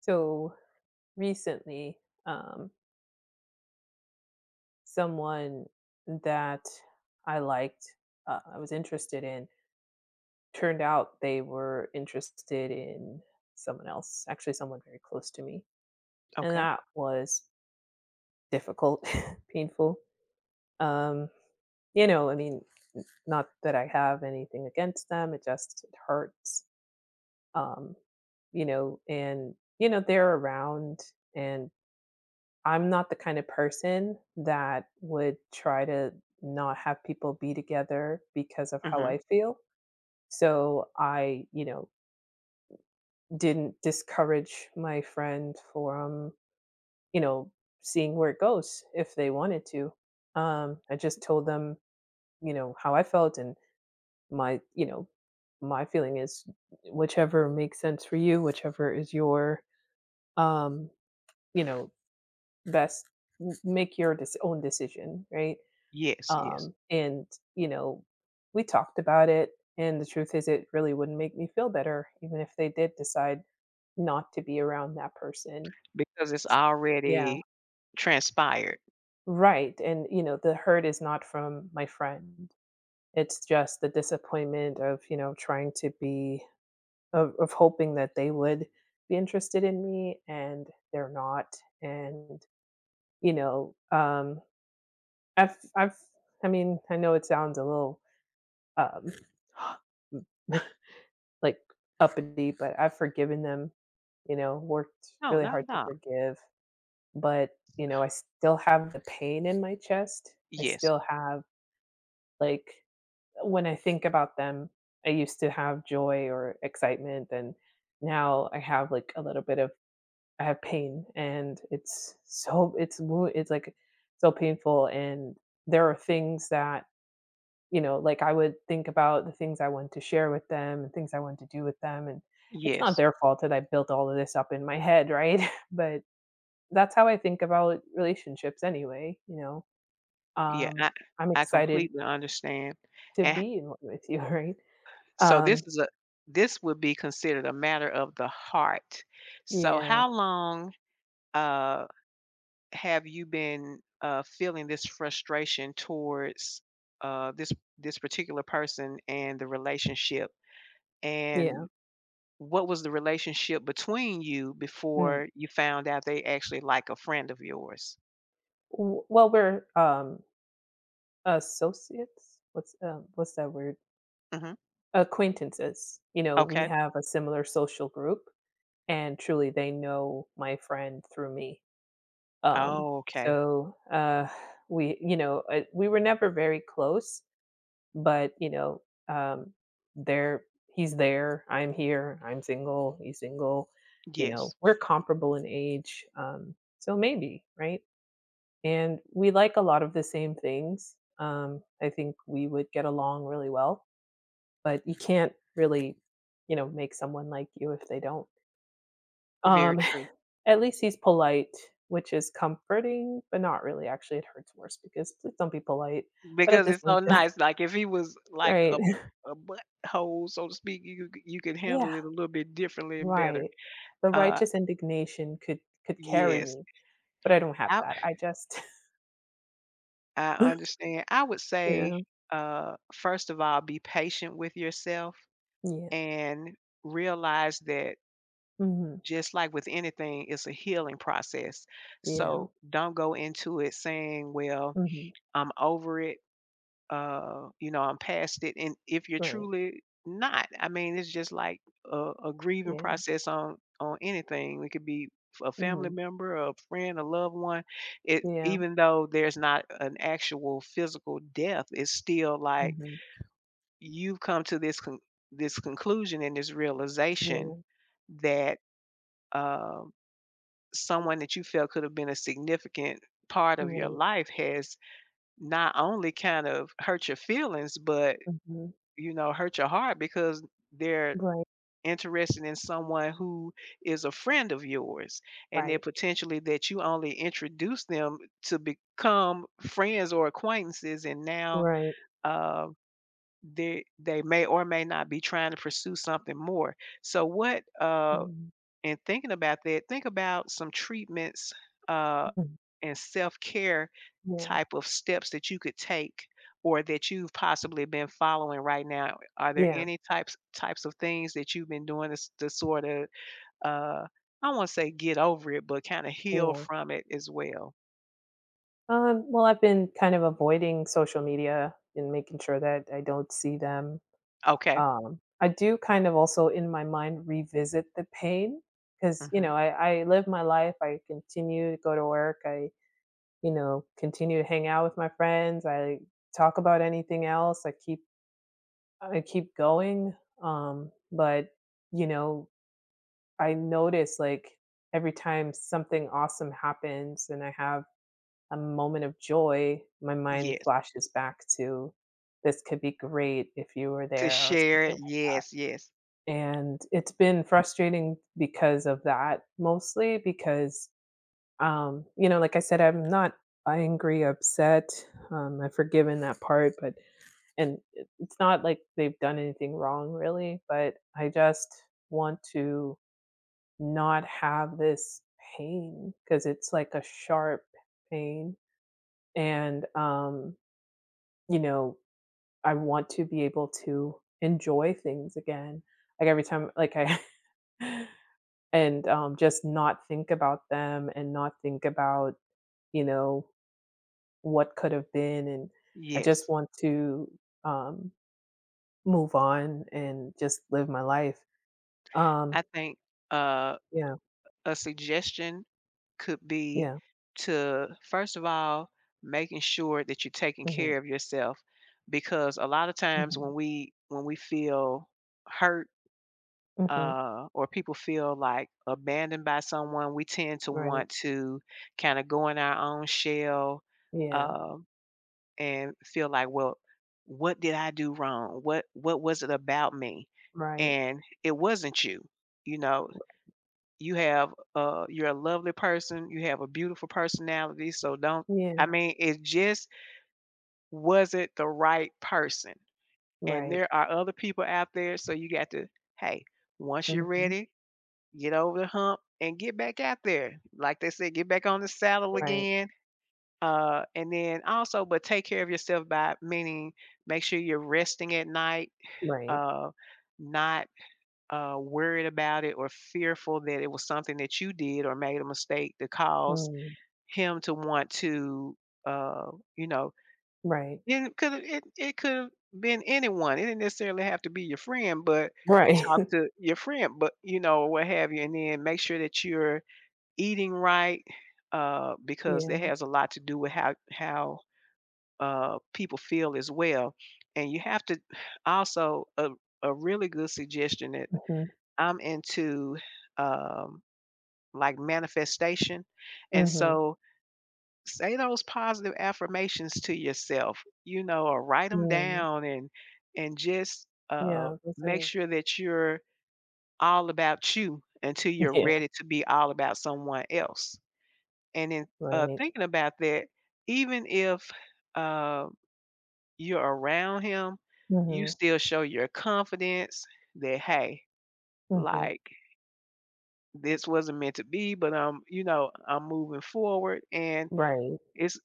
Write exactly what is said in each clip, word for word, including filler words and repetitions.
So recently, um, someone that I liked, uh, I was interested in, turned out they were interested in someone else, actually, someone very close to me. And Okay. that was difficult, painful. Um, you know, I mean, n- not that I have anything against them, it just it hurts. Um, you know, and, you know, they're around, and I'm not the kind of person that would try to not have people be together because of how Mhm. I feel. So I, you know, didn't discourage my friend from, you know, seeing where it goes if they wanted to. Um, I just told them, you know, how I felt, and my, you know, my feeling is whichever makes sense for you, whichever is your, um, you know, best. M- make your dis- own decision, right? Yes, yes. Um, and, you know, we talked about it, and the truth is it really wouldn't make me feel better even if they did decide not to be around that person. Because it's Yeah, already transpired. right, and, you know, the hurt is not from my friend. It's just the disappointment of, you know, trying to be of of hoping that they would be interested in me, and they're not. And, you know, um, I've I've I mean, I know it sounds a little, um like, uppity, but I've forgiven them, you know, worked No, really not hard at to all. forgive, but, you know, I still have the pain in my chest. I Yes. still have, like, when I think about them, I used to have joy or excitement, and now I have, like, a little bit of I have pain, and it's so it's wo it's, like, so painful, and there are things that, you know, like, I would think about the things I want to share with them and things I want to do with them, and it's not Yes. their fault that I built all of this up in my head, right? But that's how I think about relationships anyway, you know? Yeah, Um, I I'm I excited completely understand. to And h be in one with you, right? so this Um, is a this would be considered a matter of the heart. So yeah, how long, uh, have you been, uh, feeling this frustration towards, uh, this this particular person and the relationship? And yeah. what was the relationship between you Mm. before you found out they actually like a friend of yours? W well, we're, um, associates? What's, um, what's that word? Mhm. Acquaintances. You know, we Okay. have a similar social group, and truly, they know my friend through me. Um, Oh, okay. so, uh, we you know, uh, we were never very close, but, you know, um, there he's there, I'm here, I'm single, he's single, you Yes. know, we're comparable in age, um, so maybe, right? And we like a lot of the same things. Um, I think we would get along really well, but you can't really, you know, make someone like you if they don't. Very Um, true. at least he's polite, which is comforting, but not really, actually, it hurts worse because please don't be polite, but at Because the it's same so time nice, like, if he was like a right. a butthole, so to speak, you c you could Yeah, handle it a little bit differently and better. right. The Uh, righteous indignation could could carry yes. me, but I don't have I that. I just I understand. I would say, Yeah, uh, first of all, be patient with yourself yeah. and realize that Mhm. just like with anything, it's a healing process. Yeah. So don't go into it saying, well, Mhm. I'm over it. Uh, you know, I'm past it. And if you're Right. truly not, I mean, it's just like a, a grieving Yeah. process on, on anything. It could be a family Mhm. member, a friend, a loved one. It, Yeah. even though there's not an actual physical death, it's still like Mhm. you've come to this, con- this conclusion and this realization Yeah. that, um, someone that you felt could have been a significant part of your Right. life has not only kind of hurt your feelings, but, Mhm. you know, hurt your heart because they're Right. interested in someone who is a friend of yours. And then Right. potentially that you only introduced them to become friends or acquaintances, and now, Right. uh, they they may or may not be trying to pursue something more. So what, uh Mhm. in thinking about that, think about some treatments, uh Mhm. and self-care Yeah. type of steps that you could take or that you've possibly been following right now? Are there Yeah. any types types of things that you've been doing to, s- to sort of uh I won't say get over it, but kind of heal Yeah. from it as well? Um, well, I've been kind of avoiding social media and making sure that I don't see them. Okay. Um, I do kind of also in my mind revisit the pain because, you Hmm. know, I, I live my life. I continue to go to work. I, you know, continue to hang out with my friends. I talk about anything else. I keep, I keep going. Um, but, you know, I notice, like, every time something awesome happens and I have a moment of joy, my mind Yes. flashes back to, "This could be great if you were To there," or share something it. like that, Yes, yes, and it's been frustrating because of that, mostly because, um, you know, like I said, I'm not angry, upset. um, I've forgiven that part, but and it it's not like they've done anything wrong really, but I just want to not have this pain because it's like a sharp pain, and, um you know, I want to be able to enjoy things again. Like, every time like, I and, um, just not think about them and not think about, you know, what could have been, and I just yes. want to, um, move on and just live my life. Um, I think uh yeah, a suggestion could be yeah. to first of all making sure that you're taking Mhm, care of yourself, because a lot of times mhm, when we when we feel hurt, mhm, uh, or people feel like abandoned by someone, we tend to right. want to kind of go in our own shell, Yeah, um, and feel like, well, what did I do wrong, what what was it about me? right. And it wasn't you. You know you have uh, You're a lovely person. You have a beautiful personality. So don't. I Yeah, mean, it just wasn't the right person. And right. there are other people out there. So you got to, hey, once you're Mhm, ready, get over the hump and get back out there. Like they said, get back on the saddle right, again. Uh, and then also, but take care of yourself by meaning make sure you're resting at night. right. Uh, Not uh, worried about it or fearful that it was something that you did or made a mistake to cause Mm, him to want to, uh, you know, right, it could it it could have been anyone. It didn't necessarily have to be your friend, but right. talk to your friend, but you know, or what have you, and then make sure that you're eating right, uh, because that Yeah, has a lot to do with how how uh, people feel as well. And you have to also a, a really good suggestion, that mhm. I'm into, um, like, manifestation, and Mhm, so say those positive affirmations to yourself, you know, or write them mm, down, and and just, uh, yeah, those make are sure that you're all about you until you're yeah, ready to be all about someone else, and then, uh, right, thinking about that, even if, uh, you're around him, you mhm, still show your confidence that, "Hey," mhm, like this wasn't meant to be, but I'm, you know, I'm moving forward, and right, it's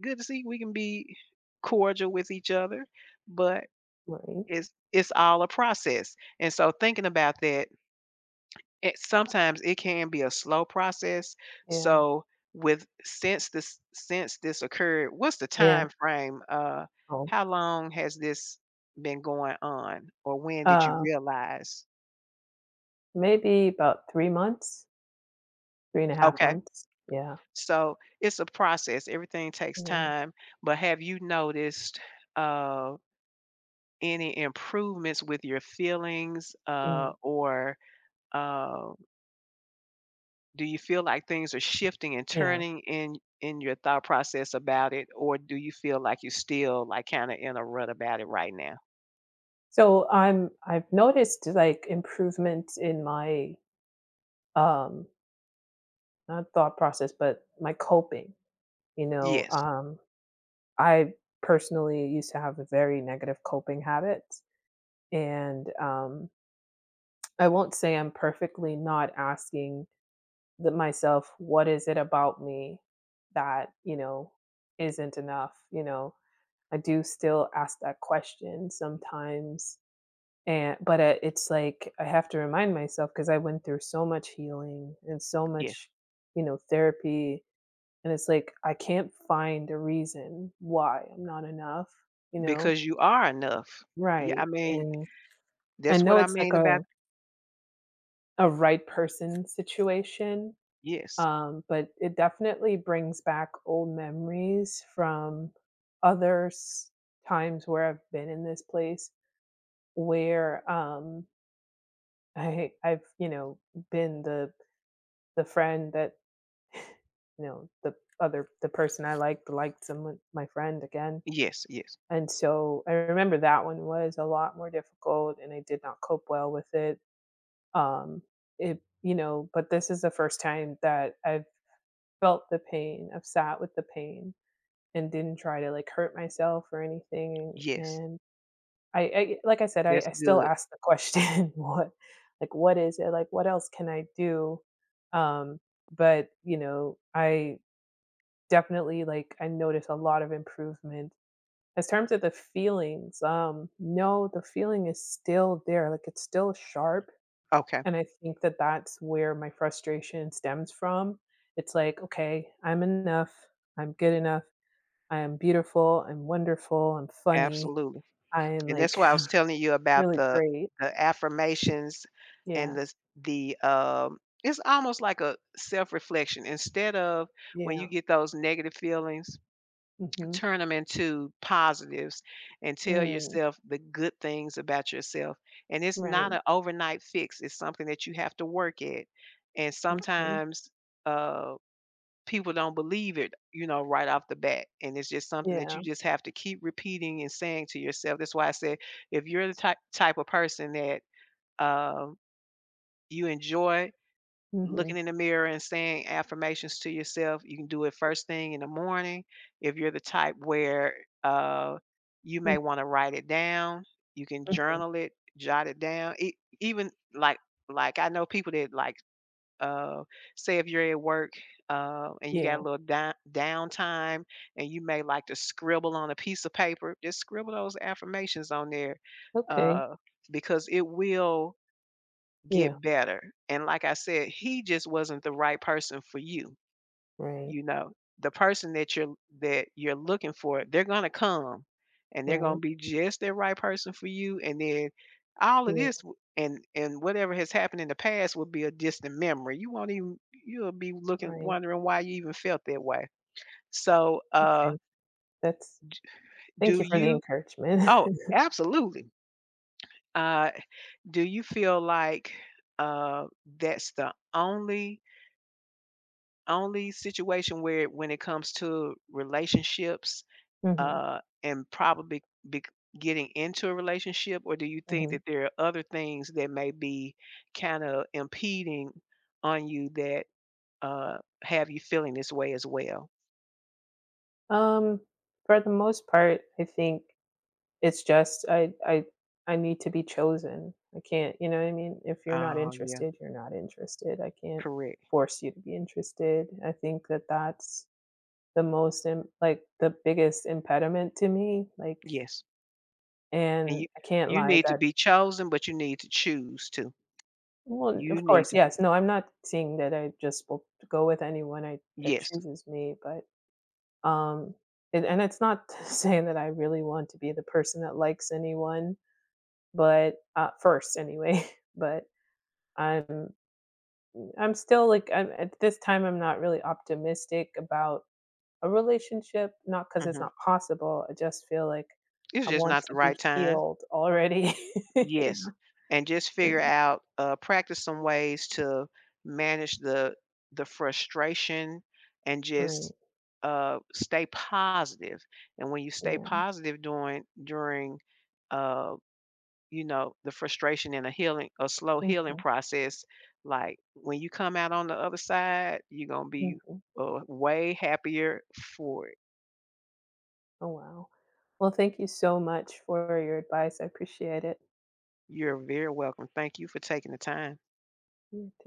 good to see we can be cordial with each other, but right, it's it's all a process. And so thinking about that, it, sometimes it can be a slow process. yeah, So with since this since this occurred, what's the yeah, time frame? Uh oh, How long has this been going on, or when did you uh, realize? maybe about three months. Three and a half Okay. months, yeah, So, it's a process, everything takes yeah, time, but have you noticed, uh, any improvements with your feelings, uh, mm, or, uh, do you feel like things are shifting and yeah, turning in in your thought process about it, or do you feel like you're still, like, kinda in a rut about it right now? so I'm I've noticed, like, improvement in my, um, not thought process, but my coping, you know, Yes, um, I personally used to have a very negative coping habit, and, um I won't say I'm perfectly not asking the myself, what is it about me that, you know, isn't enough, you know? I do still ask that question sometimes. And but uh, it's like I have to remind myself because I went through so much healing and so yes, much, you know, therapy, and it's like I can't find a reason why I'm not enough, you know? because you are enough. Yeah, Right. I mean, And I that's what know I it's like mean a about. a right person situation. Yes, Um, but it definitely brings back old memories from other s times where I've been in this place where, um, I I've, you know, been the the friend that, you know, the other the person I liked liked someone, my friend, again. yes, yes, And so I remember that one was a lot more difficult, and I did not cope well with it. Um, it you know, but this is the first time that I've felt the pain, I've sat with the pain and didn't try to, like, hurt myself or anything, yes, and I I like I said, I that's I still good. ask the question, "What Like, what is it? Like, what else can I do?" Um, but, you know, I definitely, like, I noticed a lot of improvement. As terms of the feelings, um, no, the feeling is still there, like, it's still sharp, Okay, and I think that that's where my frustration stems from. It's like, "Okay, I'm enough. I'm good enough. I am beautiful, I'm wonderful, I'm funny, absolutely. I am, And that's like, why I was telling you about really the great. the affirmations, and Yeah, the the, um it's almost like a self-reflection. Instead of, when you yeah, get those negative feelings, mhm, turn them into positives and tell mm, yourself the good things about yourself. And it's right, not an overnight fix, it's something that you have to work at. And okay, sometimes, uh people don't believe it, you know, right off the bat. And it's just something that yeah, you just have to keep repeating and saying to yourself. That's why I said, if you're the type type of person that, um, you enjoy looking mhm, in the mirror and saying affirmations to yourself, you can do it first thing in the morning. If you're the type where, uh, you mm, may want to write it down, you can mhm, journal it, jot it down. E Even like like I know people that, like, uh, say if you're at work, uh, and you got a yeah, little down downtime, and you may like to scribble on a piece of paper, just scribble those affirmations on there, okay, uh, because it will yeah, get better. And like I said, he just wasn't the right person for you right, you know The person that you're that you're looking for, they're going to come, and they're going to right, be just the right person for you, and then all of yeah, this w- and and whatever has happened in the past will be a distant memory. You won't even You'll be looking, right, wondering why you even felt that way. So uh okay, that's thank do you for the you encouragement. oh, absolutely. uh do you feel like uh that's the only only situation, where when it comes to relationships, Mhm, uh, and probably be getting into a relationship, or do you think mhm. that there are other things that may be kind of impeding on you that, uh, have you feeling this way as well? Um, for the most part, I think it's just I I I need to be chosen. I can't, you know what I mean? If you're not Oh, yeah, interested, you're not interested. I can't correct. force you to be interested. I think that that's the most im- like the biggest impediment to me, like, Yes, and and you I can't you lie need to that be chosen, but you need to choose to. well, You of need course, to. Be, yes. No, I'm not saying that I just will go with anyone I that yes. chooses me, but um and and it's not saying that I really want to be the person that likes anyone, but uh, first anyway, but I'm I'm still, like, I'm at this time I'm not really optimistic about a relationship. Not because it's Hmm, not possible. I just feel like it's I just want not the to right be time. healed already, you Yes, know? and just Yeah, figure out, uh, practice some ways to manage the the frustration and right, just, uh, stay positive, and when you stay yeah. positive during during, uh, you know, the frustration and a healing a slow healing Mhm, process, like, when you come out on the other side, you're gonna be, mhm. uh, way happier for it. Oh, wow. Well, thank you so much for your advice. I appreciate it. You're very welcome. Thank you for taking the time. You